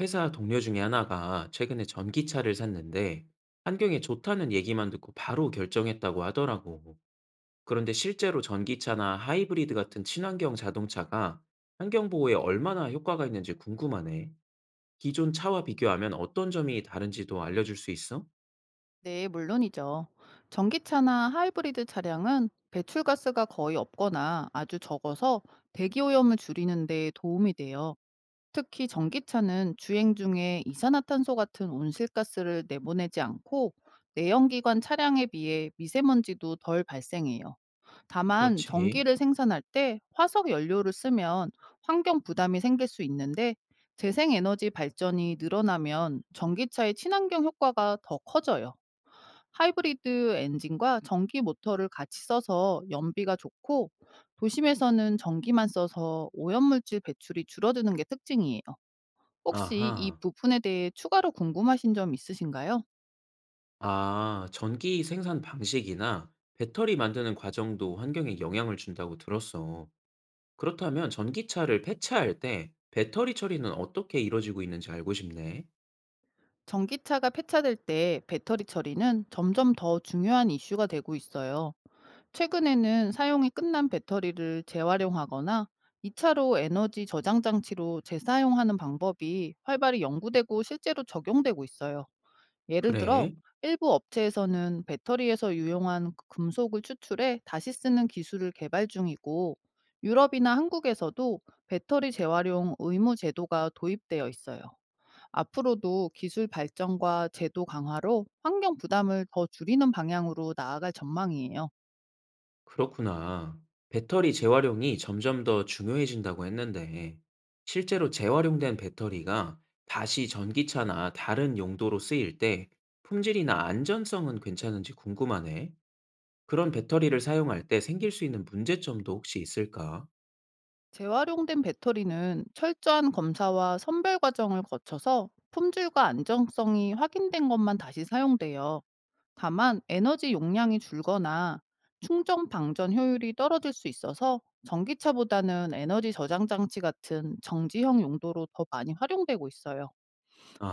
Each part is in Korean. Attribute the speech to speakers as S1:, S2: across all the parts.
S1: 회사 동료 중에 하나가 최근에 전기차를 샀는데 환경에 좋다는 얘기만 듣고 바로 결정했다고 하더라고. 그런데 실제로 전기차나 하이브리드 같은 친환경 자동차가 환경 보호에 얼마나 효과가 있는지 궁금하네. 기존 차와 비교하면 어떤 점이 다른지도 알려줄 수 있어?
S2: 네, 물론이죠. 전기차나 하이브리드 차량은 배출가스가 거의 없거나 아주 적어서 대기오염을 줄이는 데 도움이 돼요. 특히 전기차는 주행 중에 이산화탄소 같은 온실가스를 내보내지 않고, 내연기관 차량에 비해 미세먼지도 덜 발생해요. 다만
S1: 그렇지.
S2: 전기를 생산할 때 화석 연료를 쓰면 환경 부담이 생길 수 있는데, 재생에너지 발전이 늘어나면 전기차의 친환경 효과가 더 커져요. 하이브리드 엔진과 전기 모터를 같이 써서 연비가 좋고, 도심에서는 전기만 써서 오염물질 배출이 줄어드는 게 특징이에요. 혹시 이
S1: 아하.
S2: 부분에 대해 추가로 궁금하신 점 있으신가요?
S1: 아, 전기 생산 방식이나 배터리 만드는 과정도 환경에 영향을 준다고 들었어. 그렇다면 전기차를 폐차할 때 배터리 처리는 어떻게 이루어지고 있는지 알고 싶네.
S2: 전기차가 폐차될 때 배터리 처리는 점점 더 중요한 이슈가 되고 있어요. 최근에는 사용이 끝난 배터리를 재활용하거나 2차로 에너지 저장 장치로 재사용하는 방법이 활발히 연구되고 실제로 적용되고 있어요. 예를 들어
S1: 그래?
S2: 일부 업체에서는 배터리에서 유용한 그 금속을 추출해 다시 쓰는 기술을 개발 중이고, 유럽이나 한국에서도 배터리 재활용 의무 제도가 도입되어 있어요. 앞으로도 기술 발전과 제도 강화로 환경 부담을 더 줄이는 방향으로 나아갈 전망이에요.
S1: 그렇구나. 배터리 재활용이 점점 더 중요해진다고 했는데, 실제로 재활용된 배터리가 다시 전기차나 다른 용도로 쓰일 때 품질이나 안전성은 괜찮은지 궁금하네. 그런 배터리를 사용할 때 생길 수 있는 문제점도 혹시 있을까?
S2: 재활용된 배터리는 철저한 검사와 선별 과정을 거쳐서 품질과 안정성이 확인된 것만 다시 사용돼요. 다만 에너지 용량이 줄거나 충전 방전 효율이 떨어질 수 있어서, 전기차보다는 에너지 저장 장치 같은 정지형 용도로 더 많이 활용되고 있어요.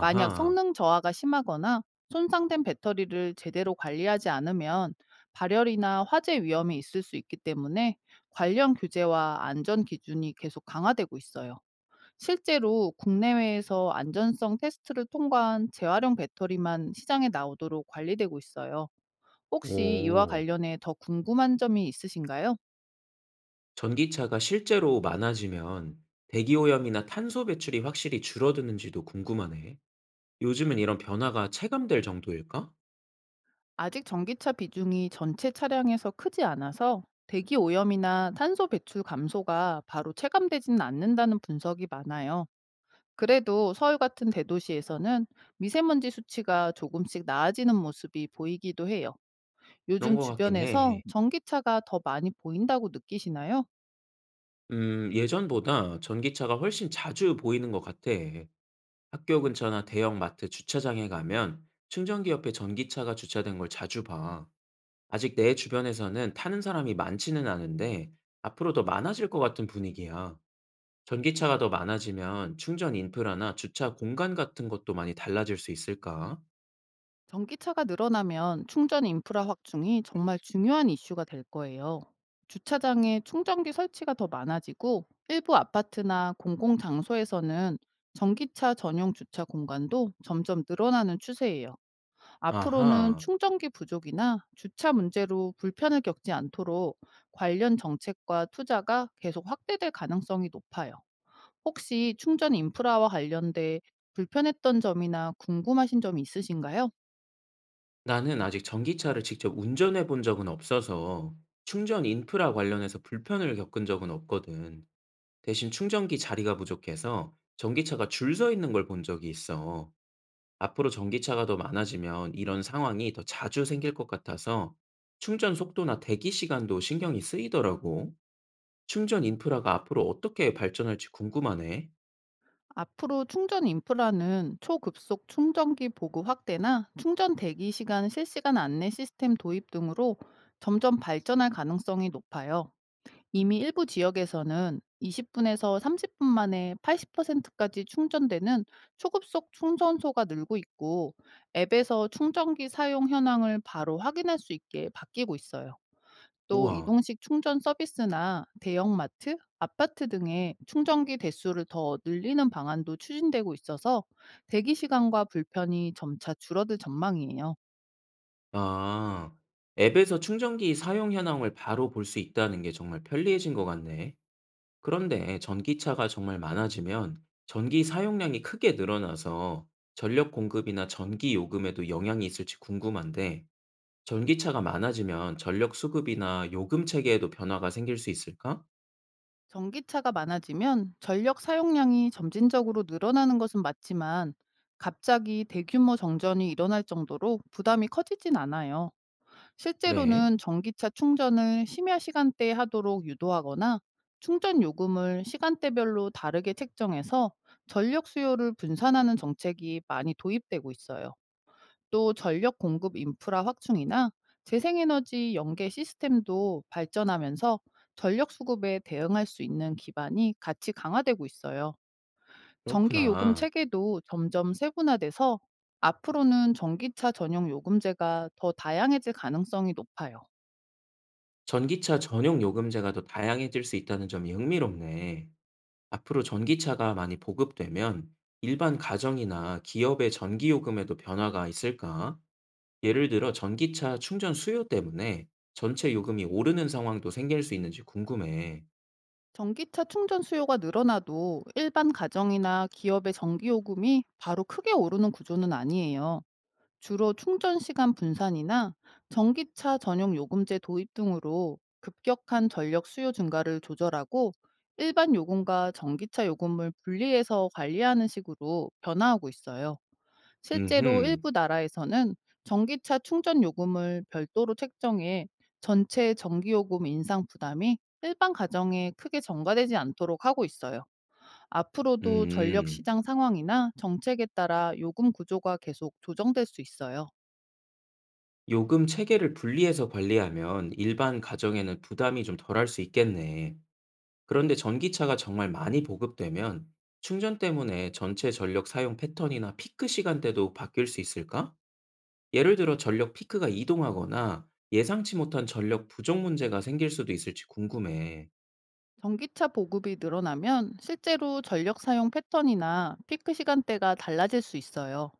S2: 만약 성능 저하가 심하거나 손상된 배터리를 제대로 관리하지 않으면 발열이나 화재 위험이 있을 수 있기 때문에, 관련 규제와 안전 기준이 계속 강화되고 있어요. 실제로 국내외에서 안전성 테스트를 통과한 재활용 배터리만 시장에 나오도록 관리되고 있어요. 혹시 이와
S1: 오.
S2: 관련해 더 궁금한 점이 있으신가요?
S1: 전기차가 실제로 많아지면 대기 오염이나 탄소 배출이 확실히 줄어드는지도 궁금하네. 요즘은 이런 변화가 체감될 정도일까?
S2: 아직 전기차 비중이 전체 차량에서 크지 않아서, 대기 오염이나 탄소 배출 감소가 바로 체감되지는 않는다는 분석이 많아요. 그래도 서울 같은 대도시에서는 미세먼지 수치가 조금씩 나아지는 모습이 보이기도 해요.
S1: 그런
S2: 요즘
S1: 것 같긴
S2: 주변에서
S1: 해.
S2: 전기차가 더 많이 보인다고 느끼시나요?
S1: 예전보다 전기차가 훨씬 자주 보이는 것 같아. 학교 근처나 대형 마트 주차장에 가면 충전기 옆에 전기차가 주차된 걸 자주 봐. 아직 내 주변에서는 타는 사람이 많지는 않은데 앞으로 더 많아질 것 같은 분위기야. 전기차가 더 많아지면 충전 인프라나 주차 공간 같은 것도 많이 달라질 수 있을까?
S2: 전기차가 늘어나면 충전 인프라 확충이 정말 중요한 이슈가 될 거예요. 주차장에 충전기 설치가 더 많아지고, 일부 아파트나 공공장소에서는 전기차 전용 주차 공간도 점점 늘어나는 추세예요. 앞으로는
S1: 아하.
S2: 충전기 부족이나 주차 문제로 불편을 겪지 않도록 관련 정책과 투자가 계속 확대될 가능성이 높아요. 혹시 충전 인프라와 관련돼 불편했던 점이나 궁금하신 점이 있으신가요?
S1: 나는 아직 전기차를 직접 운전해 본 적은 없어서 충전 인프라 관련해서 불편을 겪은 적은 없거든. 대신 충전기 자리가 부족해서 전기차가 줄서 있는 걸 본 적이 있어. 앞으로 전기차가 더 많아지면 이런 상황이 더 자주 생길 것 같아서 충전 속도나 대기 시간도 신경이 쓰이더라고. 충전 인프라가 앞으로 어떻게 발전할지 궁금하네.
S2: 앞으로 충전 인프라는 초급속 충전기 보급 확대나 충전 대기 시간 실시간 안내 시스템 도입 등으로 점점 발전할 가능성이 높아요. 이미 일부 지역에서는 20분에서 30분 만에 80%까지 충전되는 초급속 충전소가 늘고 있고, 앱에서 충전기 사용 현황을 바로 확인할 수 있게 바뀌고 있어요. 또
S1: 우와.
S2: 이동식 충전 서비스나 대형마트, 아파트 등의 충전기 대수를 더 늘리는 방안도 추진되고 있어서, 대기 시간과 불편이 점차 줄어들 전망이에요.
S1: 아. 앱에서 충전기 사용 현황을 바로 볼 수 있다는 게 정말 편리해진 것 같네. 그런데 전기차가 정말 많아지면 전기 사용량이 크게 늘어나서 전력 공급이나 전기 요금에도 영향이 있을지 궁금한데, 전기차가 많아지면 전력 수급이나 요금 체계에도 변화가 생길 수 있을까?
S2: 전기차가 많아지면 전력 사용량이 점진적으로 늘어나는 것은 맞지만, 갑자기 대규모 정전이 일어날 정도로 부담이 커지진 않아요.
S1: 그래.
S2: 실제로는 전기차 충전을 심야 시간대에 하도록 유도하거나 충전 요금을 시간대별로 다르게 책정해서 전력 수요를 분산하는 정책이 많이 도입되고 있어요. 또 전력 공급 인프라 확충이나 재생에너지 연계 시스템도 발전하면서 전력 수급에 대응할 수 있는 기반이 같이 강화되고 있어요. 전기 요금
S1: 그렇구나.
S2: 체계도 점점 세분화돼서 앞으로는 전기차 전용 요금제가 더 다양해질 가능성이 높아요.
S1: 전기차 전용 요금제가 더 다양해질 수 있다는 점이 흥미롭네. 앞으로 전기차가 많이 보급되면 일반 가정이나 기업의 전기요금에도 변화가 있을까? 예를 들어 전기차 충전 수요 때문에 전체 요금이 오르는 상황도 생길 수 있는지 궁금해.
S2: 전기차 충전 수요가 늘어나도 일반 가정이나 기업의 전기요금이 바로 크게 오르는 구조는 아니에요. 주로 충전 시간 분산이나 전기차 전용 요금제 도입 등으로 급격한 전력 수요 증가를 조절하고, 일반 요금과 전기차 요금을 분리해서 관리하는 식으로 변화하고 있어요. 실제로
S1: 음흠.
S2: 일부 나라에서는 전기차 충전 요금을 별도로 책정해 전체 전기요금 인상 부담이 일반 가정에 크게 전가되지 않도록 하고 있어요. 앞으로도 전력
S1: 음,
S2: 시장 상황이나 정책에 따라 요금 구조가 계속 조정될 수 있어요.
S1: 요금 체계를 분리해서 관리하면 일반 가정에는 부담이 좀 덜할 수 있겠네. 그런데 전기차가 정말 많이 보급되면 충전 때문에 전체 전력 사용 패턴이나 피크 시간대도 바뀔 수 있을까? 예를 들어 전력 피크가 이동하거나 예상치 못한 전력 부족 문제가 생길 수도 있을지 궁금해.
S2: 전기차 보급이 늘어나면 실제로 전력 사용 패턴이나 피크 시간대가 달라질 수 있어요.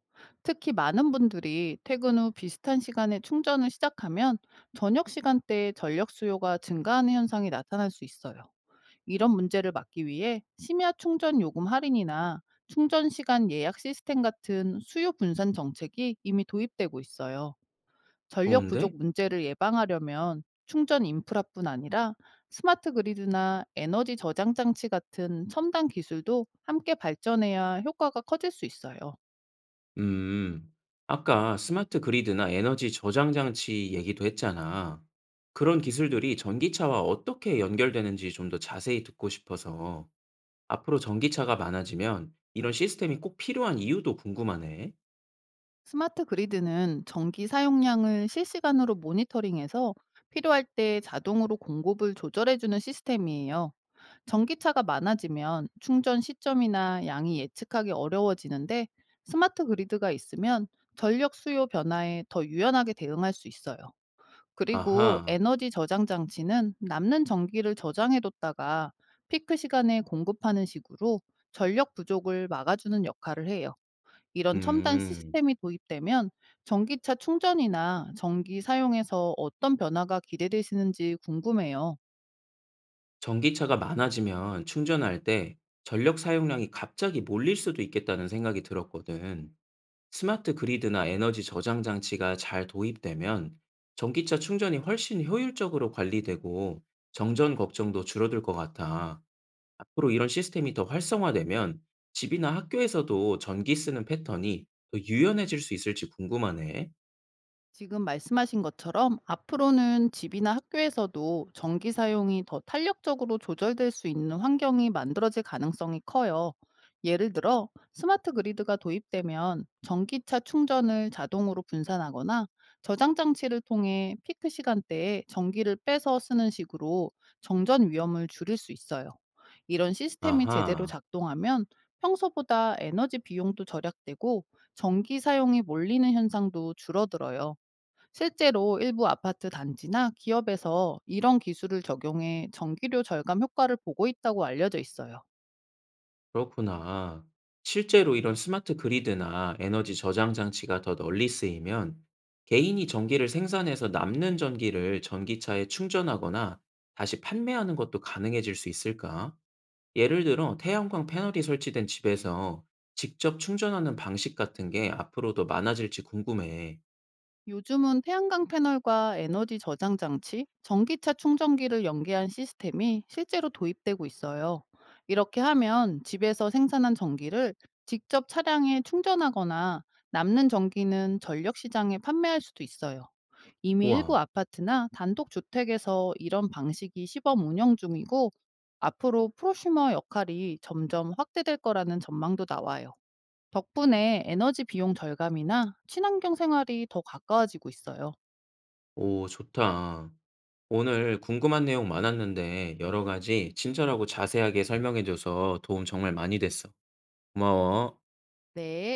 S2: 특히 많은 분들이 퇴근 후 비슷한 시간에 충전을 시작하면 저녁 시간대에 전력 수요가 증가하는 현상이 나타날 수 있어요. 이런 문제를 막기 위해 심야 충전 요금 할인이나 충전 시간 예약 시스템 같은 수요 분산 정책이 이미 도입되고 있어요. 전력 부족
S1: 좋은데?
S2: 문제를 예방하려면 충전 인프라뿐 아니라 스마트 그리드나 에너지 저장 장치 같은 첨단 기술도 함께 발전해야 효과가 커질 수 있어요.
S1: 음. 아까 스마트 그리드나 에너지 저장 장치 얘기도 했잖아. 그런 기술들이 전기차와 어떻게 연결되는지 좀 더 자세히 듣고 싶어서 앞으로 전기차가 많아지면 이런 시스템이 꼭 필요한 이유도 궁금하네.
S2: 스마트 그리드는 전기 사용량을 실시간으로 모니터링해서 필요할 때 자동으로 공급을 조절해주는 시스템이에요. 전기차가 많아지면 충전 시점이나 양이 예측하기 어려워지는데, 스마트 그리드가 있으면 전력 수요 변화에 더 유연하게 대응할 수 있어요. 그리고
S1: 아하.
S2: 에너지 저장 장치는 남는 전기를 저장해뒀다가 피크 시간에 공급하는 식으로 전력 부족을 막아주는 역할을 해요. 이런 첨단
S1: 음.
S2: 시스템이 도입되면 전기차 충전이나 전기 사용에서 어떤 변화가 기대되시는지 궁금해요.
S1: 전기차가 많아지면 충전할 때 전력 사용량이 갑자기 몰릴 수도 있겠다는 생각이 들었거든. 스마트 그리드나 에너지 저장 장치가 잘 도입되면 전기차 충전이 훨씬 효율적으로 관리되고 정전 걱정도 줄어들 것 같아. 앞으로 이런 시스템이 더 활성화되면 집이나 학교에서도 전기 쓰는 패턴이 더 유연해질 수 있을지 궁금하네.
S2: 지금 말씀하신 것처럼 앞으로는 집이나 학교에서도 전기 사용이 더 탄력적으로 조절될 수 있는 환경이 만들어질 가능성이 커요. 예를 들어 스마트 그리드가 도입되면 전기차 충전을 자동으로 분산하거나 저장 장치를 통해 피크 시간대에 전기를 빼서 쓰는 식으로 정전 위험을 줄일 수 있어요. 이런 시스템이 제대로
S1: 아하.
S2: 작동하면 평소보다 에너지 비용도 절약되고 전기 사용이 몰리는 현상도 줄어들어요. 실제로 일부 아파트 단지나 기업에서 이런 기술을 적용해 전기료 절감 효과를 보고 있다고 알려져 있어요.
S1: 그렇구나. 실제로 이런 스마트 그리드나 에너지 저장 장치가 더 널리 쓰이면 개인이 전기를 생산해서 남는 전기를 전기차에 충전하거나 다시 판매하는 것도 가능해질 수 있을까? 예를 들어 태양광 패널이 설치된 집에서 직접 충전하는 방식 같은 게 앞으로 더 많아질지 궁금해.
S2: 요즘은 태양광 패널과 에너지 저장 장치, 전기차 충전기를 연계한 시스템이 실제로 도입되고 있어요. 이렇게 하면 집에서 생산한 전기를 직접 차량에 충전하거나 남는 전기는 전력 시장에 판매할 수도 있어요. 이미 일부
S1: 우와.
S2: 아파트나 단독주택에서 이런 방식이 시범 운영 중이고, 앞으로 프로슈머 역할이 점점 확대될 거라는 전망도 나와요. 덕분에 에너지 비용 절감이나 친환경 생활이 더 가까워지고 있어요.
S1: 오, 좋다. 오늘 궁금한 내용 많았는데 여러 가지 친절하고 자세하게 설명해줘서 도움 정말 많이 됐어. 고마워.
S2: 네.